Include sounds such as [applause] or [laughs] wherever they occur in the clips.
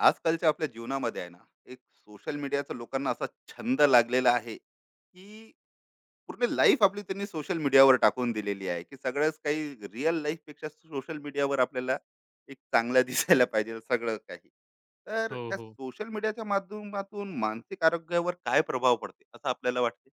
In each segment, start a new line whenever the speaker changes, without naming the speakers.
आजकालच्या आपल्या जीवनामध्ये आहे ना एक सोशल मीडियाचा लोकांना असा छंद लागलेला आहे की पूर्ण लाईफ आपली त्यांनी सोशल मीडियावर टाकून दिलेली आहे की सगळंच काही रिअल लाईफ पेक्षा सोशल मीडियावर आपल्याला एक चांगला [laughs] दिसायला पाहिजे सगळं काही. तर
हो,
ह्या
हो.
सोशल मीडियाच्या माध्यमातून मानसिक आरोग्यावर काय प्रभाव पडते असं आपल्याला वाटते?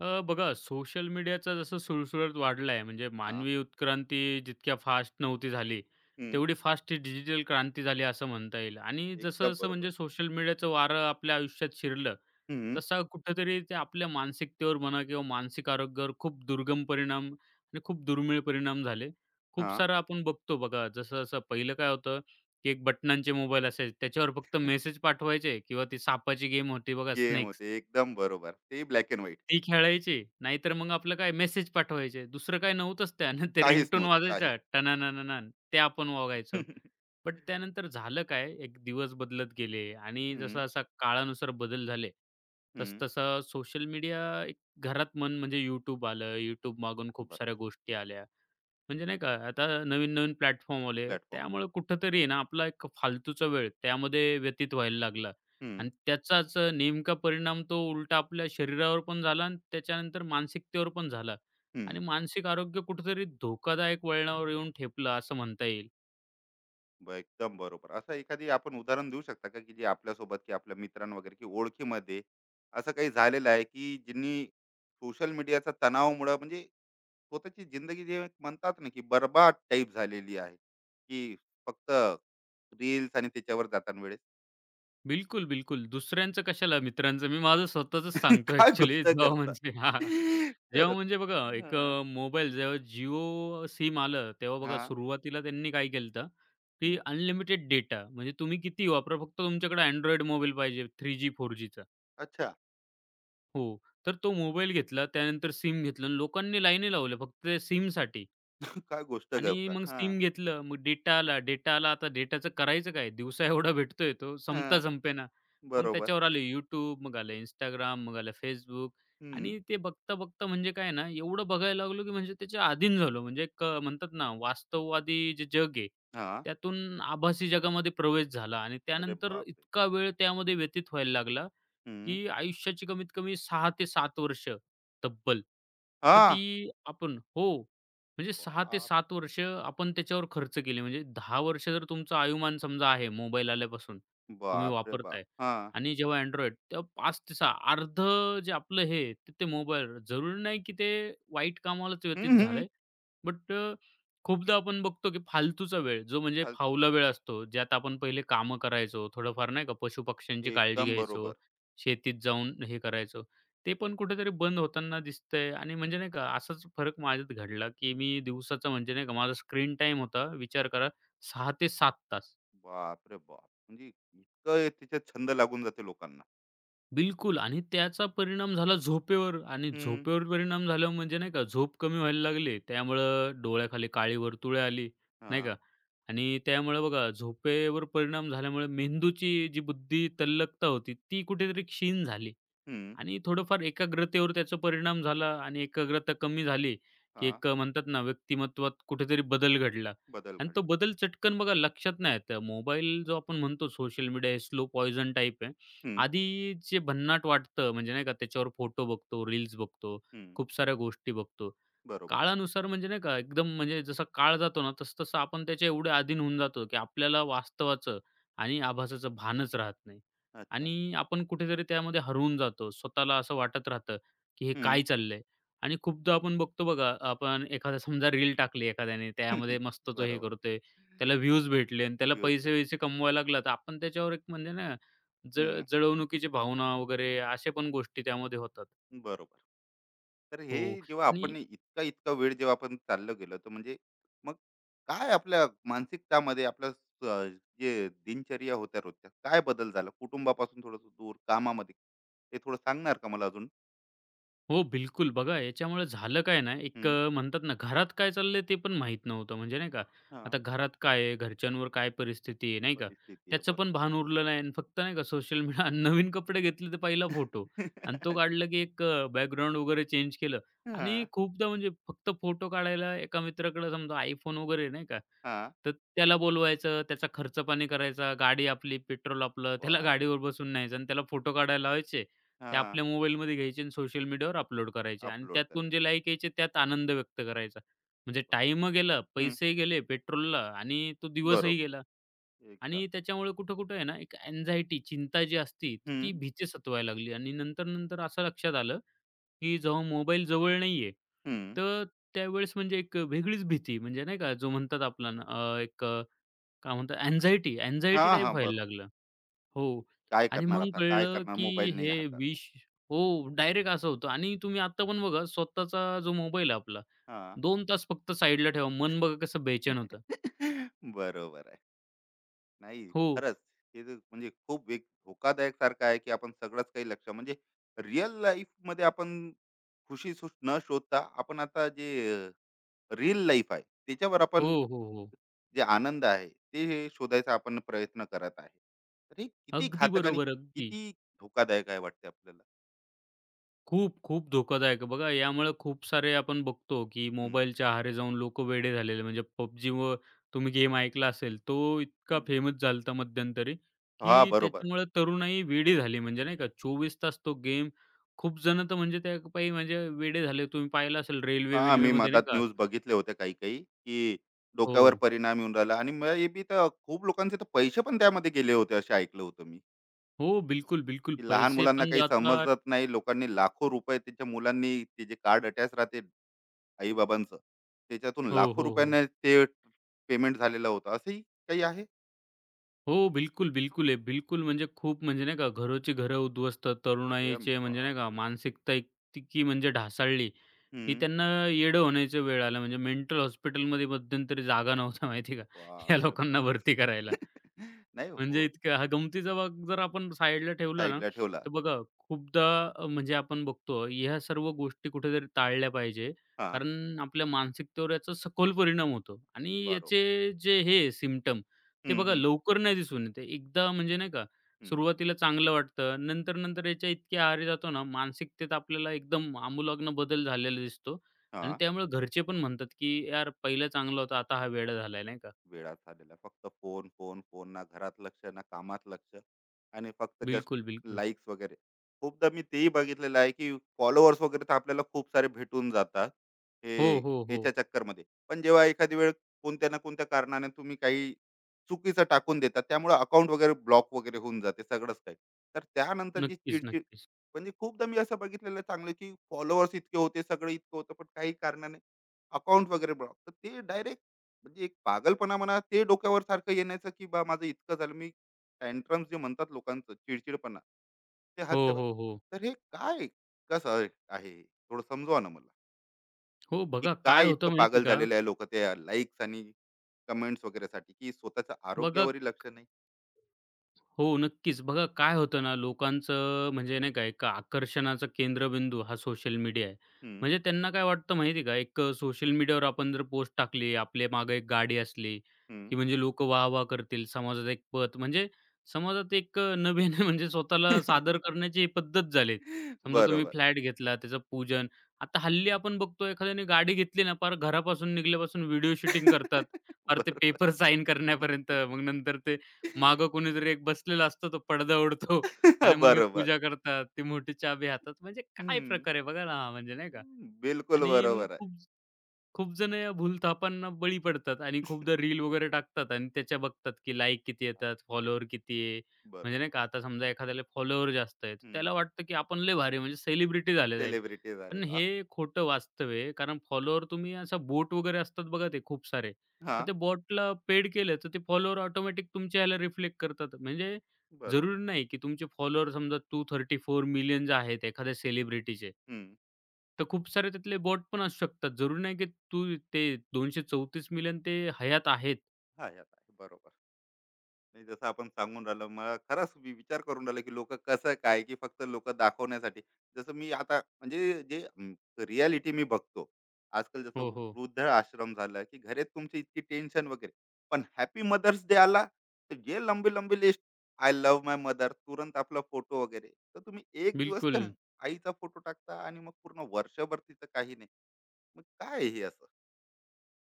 बघा सोशल मीडियाचा जसं सुळसुळाट वाढलाय म्हणजे
हा.
मानवी उत्क्रांती जितक्या फास्ट नव्हती झाली,
हम्म,
तेवढी फास्ट ही डिजिटल क्रांती झाली असं म्हणता येईल. आणि
एकदम
जसं-जसं
बरोबर.
म्हणजे सोशल मीडियाचं वारं आपल्या आयुष्यात शिरलं,
हम्म,
तसा कुठेतरी ते आपल्या मानसिकतेवर म्हणा किंवा मानसिक आरोग्यावर खूप दुर्गम परिणाम आणि खूप दुर्मिळ परिणाम झाले. खूप
हा.
सारं आपण बघतो बघा जसं-जसं पहिलं काय होतं, की एक बटणांचे मोबाईल असायचे त्याच्यावर फक्त मेसेज पाठवायचे किंवा ती सापाची गेम होती बघा
गेम
स्नेक्स.
होते एकदम बरोबर, ते ब्लॅक अँड व्हाईट.
ती खेळायची. नाहीतर मग आपलं काय मेसेज पाठवायचे. दुसरं काय नव्हतंच त्यानं. ते
काहीच
रिंगटोन
नव्हतं, काहीच.
वाजायच्या टनानननन ते आपण वागायचो.
[laughs]
बट त्यानंतर झालं काय, एक दिवस बदलत गेले आणि
हम्म,
जसा-जसा काळानुसार बदल झाले, तस
हम्म,
तसं सोशल मीडिया एक घरात म्हणजे YouTube आलं. YouTube मागून खूप साऱ्या
बरोबर.
गोष्टी आल्या. म्हणजे नाही का, आता नवीन-नवीन प्लॅटफॉर्म आले.
प्लॅटफॉर्म आहे.
त्यामुळे कुठेतरी आहे ना, आपला एक फालतूचा वेळ त्यामध्ये व्यतीत व्हायला लागला
हम्म,
आणि त्याचाच नेमका परिणाम तो उलटा आपल्या शरीरावर पण झाला आणि त्याच्यानंतर मानसिकतेवर पण झाला
हम्म.
आणि मानसिक आरोग्य कुठेतरी धोकादायक वळणावर येऊन ठेपलं असं म्हणता येईल.
एकदम बरोबर. असं एखादी आपण उदाहरण देऊ शकता का, की जे आपल्यासोबत की आपल्या मित्रां वगैरे की ओळखीमध्ये असं काही झालेलं आहे, की ज्यांनी सोशल मीडियाचा तणावामुळे म्हणजे स्वतःची जिंदगी जे म्हणतात ना की बरबाद टाईप झालेली आहे, की फक्त रील्स आणि त्याच्यावर जाताना वेळेस?
बिलकुल, बिलकुल. दुसऱ्यांचं कशाला मित्रांचं, मी माझं स्वतःचंच
[laughs]
सांगतो
काय
ॲक्चुअली
गोष्ट
जेव्हा
करता,
म्हणजे [laughs] हां. जेव्हा
खरंच.
म्हणजे बघा
हा.
एक मोबाईल जेव्हा Jio सिम आलं, तेव्हा
हा.
बघा सुरुवातीला त्यांनी काय केलंतं,
हम्म.
की अनलिमिटेड डेटा म्हणजे तुम्ही किती वापरा, फक्त तुमच्याकडे Android मोबाईल पाहिजे 3G, 4Gचा.
अच्छा.
हो. तर तो मोबाईल घेतला, त्यानंतर सिम घेतलं आणि लोकांनी लाईनी लावल्या फक्त सिमसाठी.
[laughs] काय गोष्ट
आणि
करता,
मग
हा.
SIM घेतलं. मग डेटा आला. डेटा आला. आता डेटाचं करायचं काय? दिवसा एवढा भेटतोय तो
हा,
संपता संपेना. मग
बरोबर.
त्याच्यावर आलं YouTube, मग आलं Instagram, मग आलं Facebook
हम्म
आणि ते बघता-बघता म्हणजे काय ना, एवढं बघायला लागलो, की म्हणजे त्याच्या अधीन झालो. म्हणजे एक म्हणतात ना, वास्तववादी जे जग आहे,
हा,
त्यातून आभासी जगामध्ये प्रवेश झाला आणि
अरे
त्यानंतर
बापरे.
इतका वेळ त्यामध्ये व्यतीत व्हायला लागला,
हम्म
की आयुष्याची कमीत कमी 6 ते 7 वर्ष तब्बल. तर
हां.
ती आपण हो, म्हणजे 6 ते
बाप
7 वर्ष आपण त्याच्यावर खर्च केले. म्हणजे 10 वर्ष जर तुमचं आयुमान समजा आहे मोबाईल आल्यापासून तुम्ही
बाप रे बाप!
वापरताय
हां.
आणि जेव्हा Android तेव्हा 5 ते 6 अर्ध जे आपलं हे आहे, ते मोबाईलवर. जरुरी नाही की ते वाईट कामालाच व्यतीत
हं, हं.
झालंय. बट खूपदा आपण बघतो की फालतूचा वेळ जो म्हणजे
फाल
फावला वेळ असतो, ज्यात आपण पहिले कामं करायचो, थोडंफार नाही का पशुपक्ष्यांची काळजी
एकदम
घ्यायचो
बरोबर.
शेतीत जाऊन हे करायचो. ते पण कुठेतरी बंद होताना दिसतंय आणि म्हणजे नाही का असाच फरक माझ्यात घडला, की मी दिवसाचा म्हणजे नाही का माझा स्क्रीन टाईम होता विचार करा 6 ते 7 तास.
बापरे बाप! म्हणजे इतकं हे त्याच्यात छंद लागून जाते लोकांना.
बिलकुल आणि त्याचा परिणाम झाला झोपेवर आणि
हं,
झोपेवर परिणाम झाल्यावर म्हणजे नाही का झोप कमी व्हायला लागली. त्यामुळं डोळ्याखाली काळी वर्तुळे आली, नाही
हां,
का? आणि त्यामुळे बघा झोपेवर परिणाम झाल्यामुळे मेंदूची जी बुद्धी तल्लकता होती ती कुठेतरी क्षीण झाली.
हं,
आणि थोडंफार एकाग्रतेवर त्याचा परिणाम झाला आणि एकाग्रता कमी झाली, की
हां.
एक म्हणतात ना व्यक्तिमत्त्वात कुठेतरी बदल घडला
बदल
आणि तो
घडला.
बदल चटकन बघा लक्षात नाही येत. मोबाईल जो आपण म्हणतो सोशल मीडिया हे स्लो पॉइझन टाइप आहे.
हं,
आधी जे भन्नाट वाटतं म्हणजे नाही का त्याच्यावर फोटो बघतो, रील्स बघतो,
हं.
खूप साऱ्या गोष्टी बघतो.
बरोबर.
काळानुसार म्हणजे नाही का एकदम म्हणजे जसा काळ जातो ना, तसं-तसं आपण त्याच्या एवढे अधीन होऊन जातो, की आपल्याला वास्तवाचं आणि आभासाचं भानच राहत नाही.
अच्छा.
आणि आपण कुठेतरी त्यामध्ये हरवून जातो. स्वतःला असं वाटत राहतं, की हे
हं.
काय चाललंय? आणि खूपदा आपण बघतो बघा, आपण एखादा समजा रील टाकली एखाद्याने, त्यामध्ये
[laughs]
मस्त तो हे
बरोबर.
करतोय, त्याला व्ह्यूज भेटले आणि त्याला
व्ह्यूज भेट
पैसे-वैसे कमवायला लागला, तर आपण त्याच्यावर एक म्हणजे ना, जळ
हं,
जळवणुकीची भावना वगैरे अशा पण गोष्टी त्यामध्ये होतात.
बरोबर. तर हे
हो
जेव्हा
आणि
आपण इतका इतका वेळ जेव्हा आपण चाललं गेलो तर म्हणजे मग काय आपल्या मानसिकतामध्ये आपल्या जे दिनचर्या होत्या रोजच्या काय बदल झाला, कुटुंबापासून थोडस दूर कामामध्ये, हे थोडं सांगणार का मला अजून?
हो, बिलकुल. बघा याच्यामुळे झालं काय ना, एक
हम्म,
म्हणतात ना, घरात काय चाललंय ते पण माहीत नव्हतं. म्हणजे नाही का,
हा.
आता घरात काय आहे, घरच्यांवर काय परिस्थिती आहे, नाही का,
परिस्थिती आहे,
त्याचं
बरोबर.
पण भान उरलं नाही आणि फक्त नाही का सोशल मीडिया नवीन कपडे घेतले तर पहिला फोटो आणि तो
[laughs]
काढला की एक बॅकग्राऊंड वगैरे चेंज केलं
हा.
आणि खूपदा म्हणजे फक्त फोटो काढायला एका मित्राकडे समजा iPhone वगैरे आहे, नाही का,
हा.
तर त्याला बोलवायचं, त्याचा खर्च पाणी करायचा, गाडी आपली, पेट्रोल आपलं, त्याला
बाप
गाडीवर बसून न्यायचं आणि त्याला फोटो काढायला लावायचे ते
हा.
आपल्या मोबाईलमध्ये घ्यायचे आणि सोशल मीडियावर अपलोड करायचे आणि
अपलोड
त्यातून जे
करायचं.
लाईक यायचे त्यात आनंद व्यक्त करायचा. म्हणजे
बाप.
टाइम गेला,
हम्म,
पैसे गेले पेट्रोलला आणि तो दिवसही गेला
बरोबर. एकदम.
आणि त्याच्यामुळे कुठं-कुठं आहे ना, एक अँक्झायटी चिंता जी असती, ती
हम्म
भीती सतवायला लागली आणि नंतर-नंतर असं लक्षात आलं, की जेव्हा मोबाईल जवळ नाहीये,
हम्म
तर त्यावेळेस म्हणजे एक वेगळीच भीती म्हणजे नाही का, जो म्हणतात आपला ना, अ, एक अ, काय म्हणतात अँक्झायटी,
हा.
अँक्झायटी टाइप
हा,
व्हायला
बरोबर.
लागलं. हो.
काय
आणि
करणार,
मग
आता काय
कळलं,
करणार, मोबाईल
की
नाही
हे
हातात?
विष हो, डायरेक्ट असं होतं आणि तुम्ही आता पण बघा स्वतःचा जो मोबाईल आहे आपला,
हा.
2 तास फक्त साइडला ठेवा. मन बघा कसं बेचैन होतं.
[laughs] बरोबर आहे. नाही,
हो,
खरंच. हे जे म्हणजे खूप एक धोकादायक सारखं आहे, की आपण सगळंच काही लक्ष म्हणजे रिअल लाईफमध्ये आपण खुशी न शोधता आपण आता जे अ, रील लाईफ आहे, त्याच्यावर
हो,
आपण
हो, हो.
जे आनंद आहे, ते शोधायचा आपण प्रयत्न करत आहे. तर हे किती
अगदी
घातक आणि
बरोबर, अगदी.
किती धोकादायक आहे वाटते आपल्याला.
खूप, खूप धोकादायक आहे. बघा यामुळे खूप सारे आपण बघतो, की
हं.
मोबाईलच्या आहारी जाऊन लोकं वेडे झालेले. म्हणजे PUBG व तुम्ही गेम ऐकला असेल, तो इतका
हं.
फेमस झाला होता मध्यंतरी,
हां,
की
बरोबर.
त्याच्यामुळे तरुणाई वेडी झाली. म्हणजे नाही का 24 तास तो गेम खूप जण तर म्हणजे त्या पायी म्हणजे वेडे झाले. तुम्ही पाहिलं असेल
हां, मी
रेल्वे-बिल्वेमध्ये नाही
मधात
का
न्यूज बघितल्या होत्या काही-काही, की
हो.
डोक्यावर परिणाम येऊन राहिला, आणि मे बी तर खूप लोकांचे तर पैसे पण त्यामध्ये गेले होते, असं ऐकलं होतं मी.
हो, बिलकुल, बिलकुल.
की लहान
पैसे
मुलांना
पण
काही
जातात.
समजत नाही, लोकांनी लाखो रुपये त्यांच्या मुलांनी, ते जे कार्ड अटॅच राहते आई बाबांचं, त्याच्यातून
हो,
लाखो
हो, हो.
रुपयांना ते पेमेंट झालेलं होतं, असंही काही आहे.
हो, बिलकुल, बिलकुल आहे. बिलकुल म्हणजे खूप म्हणजे नाही का घरोची घरं उद्ध्वस्त,
अरे
तरुणाईचे म्हणजे नाही का
बापरे.
मानसिकता इतकी म्हणजे ढासळली, की
हम्म.
त्यांना येडं होण्याची वेळ आली. म्हणजे मेंटल हॉस्पिटलमध्ये मध्यंतरी जागा नव्हत्या माहिती आहे का, [laughs] या
बापरे
लोकांना
बाप.
भरती करायला.
[laughs] नाही
म्हणजे
हो.
इतक्या हा गमतीचा भाग जर आपण साईडला ठेवला ना,
साईडला ठेवला.
तर बघा खूपदा म्हणजे आपण बघतो ह्या सर्व गोष्टी कुठेतरी टाळल्या पाहिजे.
हा,
कारण आपल्या मानसिकतेवर याचा सखोल परिणाम होतो आणि
बरोबर.
याचे जे हे सिम्प्टम ते
हम्म
बघा
हम्म
लवकर नाही दिसून येते. एकदा म्हणजे नाही का
हम्म,
सुरुवातीला चांगलं वाटतं. नंतर-नंतर याच्या इतके आहारी जातो ना, मानसिकतेत आपल्याला एकदम आमूलाग्न बदल झालेला दिसतो
हा.
आणि त्यामुळे घरचे पण म्हणतात, की "यार पहिलं चांगला होता, आता हा वेडा झालाय." नाही का?
वेळा झालेला आहे. फक्त फोन, फोन, फोन. ना घरात लक्ष, ना कामात लक्ष, आणि फक्त जस्ट
बिलकुल, बिलकुल.
लाईक्स वगैरे. खूपदा मी तेही बघितलेलं आहे, की फॉलोअर्स वगैरे तर आपल्याला खूप सारे भेटून जातात, हे
हो, हो,
याच्या
हो.
चक्करमध्ये. पण जेव्हा एखादी वेळ कोणत्या ना कोणत्या कारणाने तुम्ही काही चुकीचं टाकून देतात, त्यामुळे अकाउंट वगैरे ब्लॉक वगैरे होऊन जाते सगळंच काही. तर त्यानंतर जी
नक्कीच,
चिड
नक्कीच.
म्हणजे, खूपदा मी असं बघितलेलं आहे चांगलं, की फॉलोअर्स इतके होते, सगळं इतकं होतं, पण काही कारणाने अकाउंट वगैरे ब्लॉक. तर ते डायरेक्ट म्हणजे एक पागलपणा म्हणा, ते डोक्यावर सारखं येण्याचं, की माझं इतकं झालं मी. टँट्रम्स जे म्हणतात लोकांचं, चिडचिडपणा, ते
हो,
हातच्या बाहेर.
हो, हो.
तर हे काय, कसं आहे, थोडं समजवा ना मला,
हो,
की
बघा काय
काय इतकं
होतं माहिती आहे
पागल
का?
झालेलं आहे लोक, त्या लाईक्स आणि कमेंट्स वगैरे साठी, की स्वतःच्या
बघा
आरोग्यावरही लक्ष नाही?
हो, नक्कीच. बघा काय होतं ना, लोकांचं म्हणजे नाही का एक आकर्षणाचा केंद्रबिंदू हा सोशल मीडिया आहे.
हम्म,
म्हणजे त्यांना काय वाटतं माहिती आहे का, एक सोशल मीडियावर आपण जर पोस्ट टाकली, आपल्या मागे एक गाडी असली,
हम्म.
की म्हणजे लोकं वाह-वाह करतील. समाजात एक पत म्हणजे समाजात एक नवीन [laughs] म्हणजे स्वतःला सादर
[laughs]
करण्याची ही पद्धत झाली समजा तुम्ही
बरोबर.
फ्लॅट घेतला, त्याचं पूजन. आता हल्ली आपण बघतो एखाद्याने गाडी घेतली ना, पार घरापासून निघाल्यापासून व्हिडिओ शूटिंग करतात.
[laughs]
पार ते
बरोबर.
पेपर साइन करण्यापर्यंत, मग नंतर ते मागं कोणीतरी एक बसलेला असतो, तो पडदा उड़तो आणि
[laughs]
मग हे
बरोबर.
पूजा करतात. ती मोठी चाबी हातात म्हणजे काय
हम्म.
प्रकार आहे बघा ना, हा म्हणजे नाही का?
बिलकुल
आणि मग
बरोबर आहे.
खूप खूप जण या भूलथापांना बळी पडतात आणि खूपदा
[laughs]
रील वगैरे टाकतात आणि त्याच्या बघतात की लाईक किती येतात, फॉलोअर किती आहे.
बरोबर.
म्हणजे नाही का आता समजा एखाद्याला फॉलोअर जास्त आहे, तर
हम्म.
त्याला वाटतं की आपण लय भारी म्हणजे सेलिब्रिटी झाले साहेब.
सेलिब्रिटी
पण
झालेलो.
हे खोटं वास्तव आहे. कारण फॉलोअर तुम्ही असा बोट वगैरे असतात बघा ते खूप सारे.
हा,
तर ते बॉटला पेड केलं, तर ते फॉलोअर ऑटोमॅटिक तुमच्या ह्याला रिफ्लेक्ट करतात. म्हणजे
बरोबर.
जरुरी नाही की तुमचे फॉलोअर समजा 2.34 मिलियन्स आहेत एखाद्या सेलिब्रिटीचे.
हं.
तर खूप सारे त्यातले बॉट पण असू शकतात. जरुरी नाही की तू ते 234 मिलियन ते हयात आहेत.
हां, यात आहे, बरोबर. नाही, जसं आपण सांगून राहिलो, मला खरंच मी विचार करून राहिलो, की लोकं कसं काय, की फक्त लोकं दाखवण्यासाठी. जसं मी आता म्हणजे जे मी बघतो. आजकाल जसं
हो, हो.
वृद्ध आश्रम झालं, की घरात तुमची इतकी टेन्शन वगैरे. पण हॅपी मदर्स डे आला, तर जे लंबी-लंबी list, I love my mother, तुरंत आपला फोटो वगैरे. तर तुम्ही एक दिवस त्या
बिलकुल.
आईचा फोटो टाकता आणि मग पूर्ण वर्षभर तिचं काही नाही. मग काय हे असं,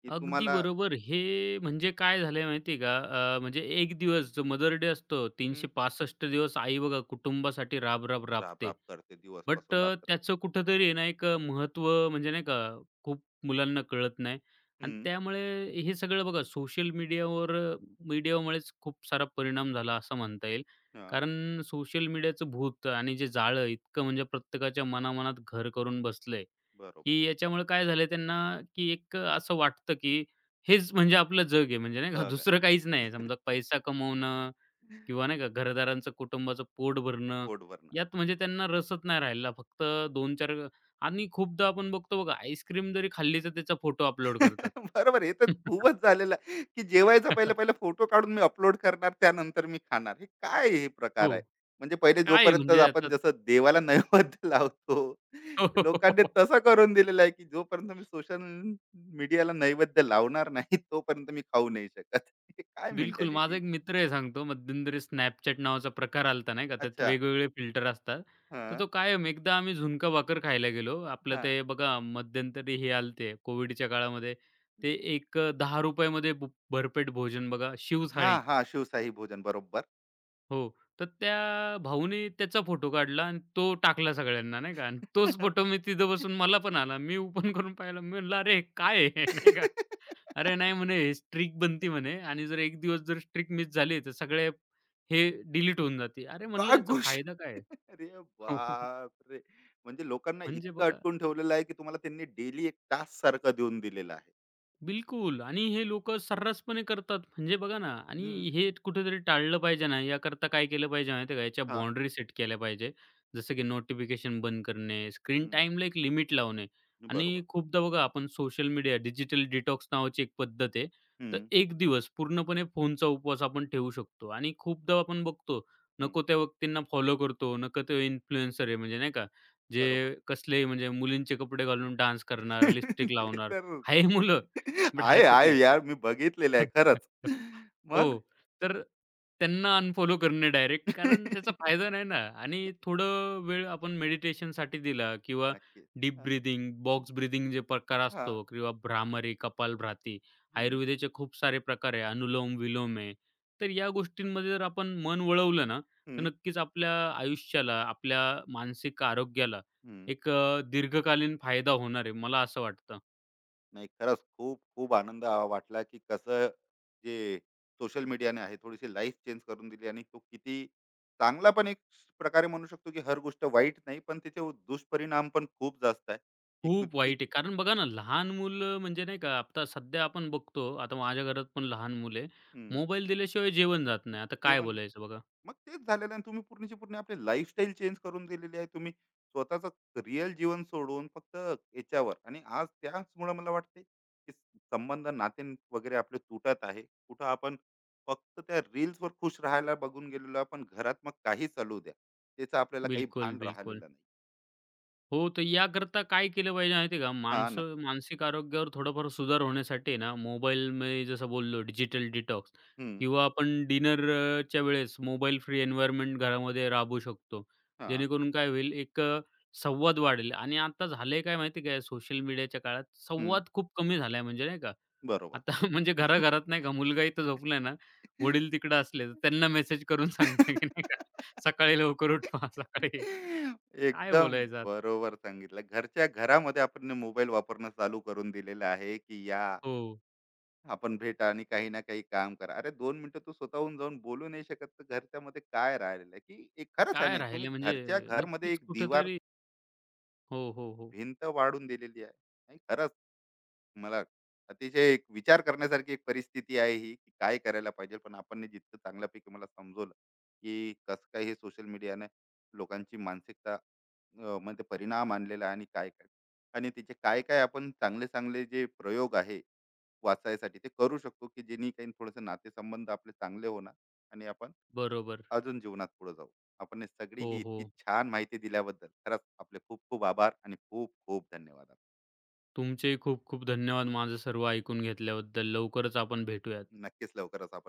की
अगदी
तुम्हाला?
बरोबर. हे म्हणजे काय झालंय माहिती का? म्हणजे एक दिवस जो मदर डे असतो 365 दिवस आई बघा कुटुंबासाठी राब-राब
राब
राबते.
राब करते, दिवस
बट
पासून रात्र.
त्याचं कुठेतरी आहे ना एक महत्त्व म्हणजे नाही का खूप मुलांना कळत नाही आणि
हम्म.
त्यामुळे हे सगळं बघा सोशल मीडियावर मीडियामुळेच खूप सारा परिणाम झाला असं म्हणता येईल.
हां,
कारण सोशल मीडियाचं भूत आणि जे जाळं इतकं म्हणजे प्रत्येकाच्या मनामनात घर करून बसलंय,
बरोबर.
की याच्यामुळे काय झालंय त्यांना, की एक असं वाटतं, की हेच म्हणजे आपलं जग आहे म्हणजे नाही का
जग
दुसरं
आहे.
काहीच नाही.
[laughs]
समजा पैसा कमवणं किंवा नाही का घरदारांचं, कुटुंबाचं पोट भरणं,
पोट भरणं.
यात म्हणजे त्यांना रसच नाही राहिला. फक्त दोन 4 आणि खूपदा आपण बघतो बघा आईस्क्रीम जरी खाल्ली तर त्याचा फोटो अपलोड करतात.
[laughs] बरोबर, हे तर खूपच झालेलं आहे, की जेवायचा पहिले
[laughs]
पहिले फोटो काढून मी अपलोड करणार, त्यानंतर मी खाणार. हे काय, हे प्रकार
हो.
आहे? म्हणजे पहिले
काय आहे
जोपर्यंत
म्हणजे आता
आपण जसं देवाला नैवेद्य [laughs] लावतो, लोकांनी
[laughs]
तसं करून दिलेलं आहे, की जोपर्यंत मी सोशल मीडियाला नैवेद्य लावणार नाही तोपर्यंत मी खाऊ नाही शकत. हे काय
बिलकुल. माझा
मेंटॅलिटी?
एक मित्र आहे सांगतो मध्यंतरी Snapchat नावाचा प्रकार आला नाही का, त्यात
अच्छा.
वेगवेगळे फिल्टर असतात. तर
हां,
तो कायम एकदा आम्ही झुणका भाकर खायला गेलो. आपलं
हां.
ते बघा मध्यंतरी हे आलते कोविडच्या काळामध्ये ते एक ₹10 मध्ये भरपेट भोजन बघा
हां,
शिवथाळी.
हां. शिवशाही भोजन, बरोबर.
हो. तर त्या भाऊने त्याचा फोटो काढला आणि तो टाकला सगळ्यांना नाही का आणि तोच फोटो मी तिथं बसून मला पण आला. मी ओपन करून पाहिला. मी म्हटलं, "अरे काय आहे?" [laughs] नाही का. "अरे नाही," म्हणे, स्ट्रिक बनती," म्हणे "आणि जर एक दिवस जर स्ट्रिक मिस झाली तर सगळे हे डिलीट होऊन जाते." अरे म्हणलं,
काय
"याचा
गोष्ट.
फायदा काय आहे?"
अरे
[laughs] हो.
बापरे! म्हणजे लोकांना
म्हणजे
इतकं
बघा
अटकून ठेवलेलं आहे, की तुम्हाला त्यांनी डेली एक टास्क सारखा देऊन दिलेला आहे.
बिलकुल आणि हे लोकं सर्रासपणे करतात. म्हणजे बघा ना
हं,
आणि हे कुठेतरी टाळलं पाहिजे ना, याकरता काय केलं पाहिजे माहिती आहे का? याच्या
हां,
बाउंडरी सेट केल्या पाहिजे. जसं की नोटिफिकेशन बंद करणे, स्क्रीन
हं,
टाईमला एक लिमिट लावणे
बरोबर.
आणि खूपदा बघा आपण सोशल मीडिया डिजिटल डिटॉक्स नावाची एक पद्धत आहे. तर
हं,
1 दिवस पूर्णपणे फोनचा उपवास आपण ठेवू शकतो आणि खूपदा आपण बघतो,
हं,
नको त्या व्यक्तींना फॉलो करतो, नको ते इन्फ्लुएन्सर आहे म्हणजे नाही का?
बरोबर.
जे कसलेही म्हणजे मुलींचे कपडे घालून डान्स करणार, लिपस्टिक
[laughs] ते
लावणार.
तर
आहे मुलं बट
आहे,
हरकत
आहे
आहे.
यार, मी बघितलेलं आहे खरंच.
[laughs] हो.
मग?
तर त्यांना अनफॉलो करणे डायरेक्ट कारण त्याचा फायदा नाही
[laughs]
ना आणि थोडं वेळ आपण मेडिटेशनसाठी दिला किंवा
नक्कीच.
डीप
हां,
ब्रीथिंग, बॉक्स ब्रीथिंग जे प्रकार
हां,
असतो किंवा भ्रामरी, कपालभाती,
हं,
आयुर्वेदाचे खूप सारे प्रकार आहे. अनुलोम-विलोम आहे. तर या गोष्टींमध्ये जर आपण मन वळवलं ना, तर
हं,
नक्कीच आपल्या आयुष्याला, आपल्या मानसिक आरोग्याला
हं.
एक दीर्घकालीन फायदा होणार आहे. मला असं वाटतं.
नाही, खरंच खूप खूप आनंद वाटला, की कसं जे सोशल मीडियाने आहे थोडीशी लाईफ चेंज करून दिली, आणि तो किती चांगला पण एक प्रकारे म्हणू शकतो, की हर गोष्ट वाईट नाही, पण त्याचे दुष्परिणाम पण खूप जास्त आहे, की
खूप
किती.
वाईट आहे. कारण बघा ना, लहान मुलं म्हणजे नाही का, आता सध्या आपण बघतो, आता माझ्या घरात पण लहान मुलं आहे.
हम्म.
मोबाईल दिल्याशिवाय जेवण जात नाही. आता काय
जेवण.
बोलायचं बघा?
मग तेच झालेलं आहे, तुम्ही पूर्णची पूर्ण आपली लाईफस्टाईल चेंज करून दिलेली आहे, तुम्ही स्वतःचं रिअल जीवन सोडून फक्त याच्यावर, आणि आज त्याचमुळे मला वाटते, की संबंध नाते वगैरे आपले तुटत आहे. कुठं आपण फक्त त्या रील्सवर खुश राहायला बघून गेलेलो आहे, पण घरात मग काही चालू द्या, त्याचं आपल्याला काही
बिलकुल,
भान राहिलेलं
बिलकुल.
नाही.
हो, तर याकरता काय केलं पाहिजे माहिती आहे का?
हा,
माणसं
नक्की.
मानसिक आरोग्यावर थोडाफार सुधार होण्यासाठी ना, मोबाईल मी जसं बोललो डिजिटल डिटॉक्स
हम्म.
किंवा आपण डिनरच्या वेळेस मोबाईल फ्री एन्व्हायर्नमेंट घरामध्ये राबवू शकतो.
हा.
जेणेकरून काय होईल, एक संवाद वाढेल आणि आता झालंय काय माहिती आहे काय, सोशल मीडियाच्या काळात
हम्म.
संवाद खूप कमी झालाय म्हणजे नाही का?
बरोबर.
आता [laughs] म्हणजे घरा-घरात नाही का मुलगा इथं झोपलाय ना, वडील तिकडे असले तर त्यांना मेसेज करून [laughs] सांगतोय की नाही
[laughs]
का, "सकाळी लवकर उठवा, [laughs] सकाळी" काय
एकदम
बोलायचं आता?
बरोबर सांगितलं. घरच्या घरामध्ये आपण मोबाईल वापरणं चालू करून दिलेलं आहे, की या
हो,
आपण भेटा आणि काही ना काही काम करा. अरे, 2 मिनिटं तू स्वतःहून जाऊन बोलू नाही शकत, तर घरच्यामध्ये काय राहिलेलं आहे, की एक खरंच आहे
काय
ना, तुम्ही
राहिलं म्हणजे
घरच्या घरमध्ये
नक्कीच
एक दिवार
कुठेतरी हो, हो, हो.
भिंत वाढून दिलेली आहे. नाही, खरंच. मला अतिशय एक विचार करण्यासारखी एक परिस्थिती आहे ही, की काय करायला पाहिजे. पण आपण नी जितकं चांगल्यापैकी मला समजवलं, की कसं काय हे सोशल मीडियाने लोकांची मानसिकता मध्ये परिणाम आणलेला आहे, आणि काय-काय आणि तिचे काय-काय आपण चांगले-चांगले जे प्रयोग आहे वाचायसाठी ते करू शकतो, की जेणे काही थोडंसं नातेसंबंध आपले चांगले होणार, आणि आपण
बरोबर.
अजून जीवनात पुढे जाऊ. आपण ही सगळी
हो,
ही
हो.
इतकी छान माहिती दिल्याबद्दल खरंच आपले खूप-खूप आभार आणि खूप-खूप धन्यवाद.
तुमचेही खूप खूप धन्यवाद माझं सर्व ऐकून घेतल्याबद्दल. लवकरच आपण भेटूयात.
नक्कीच, लवकरच आपण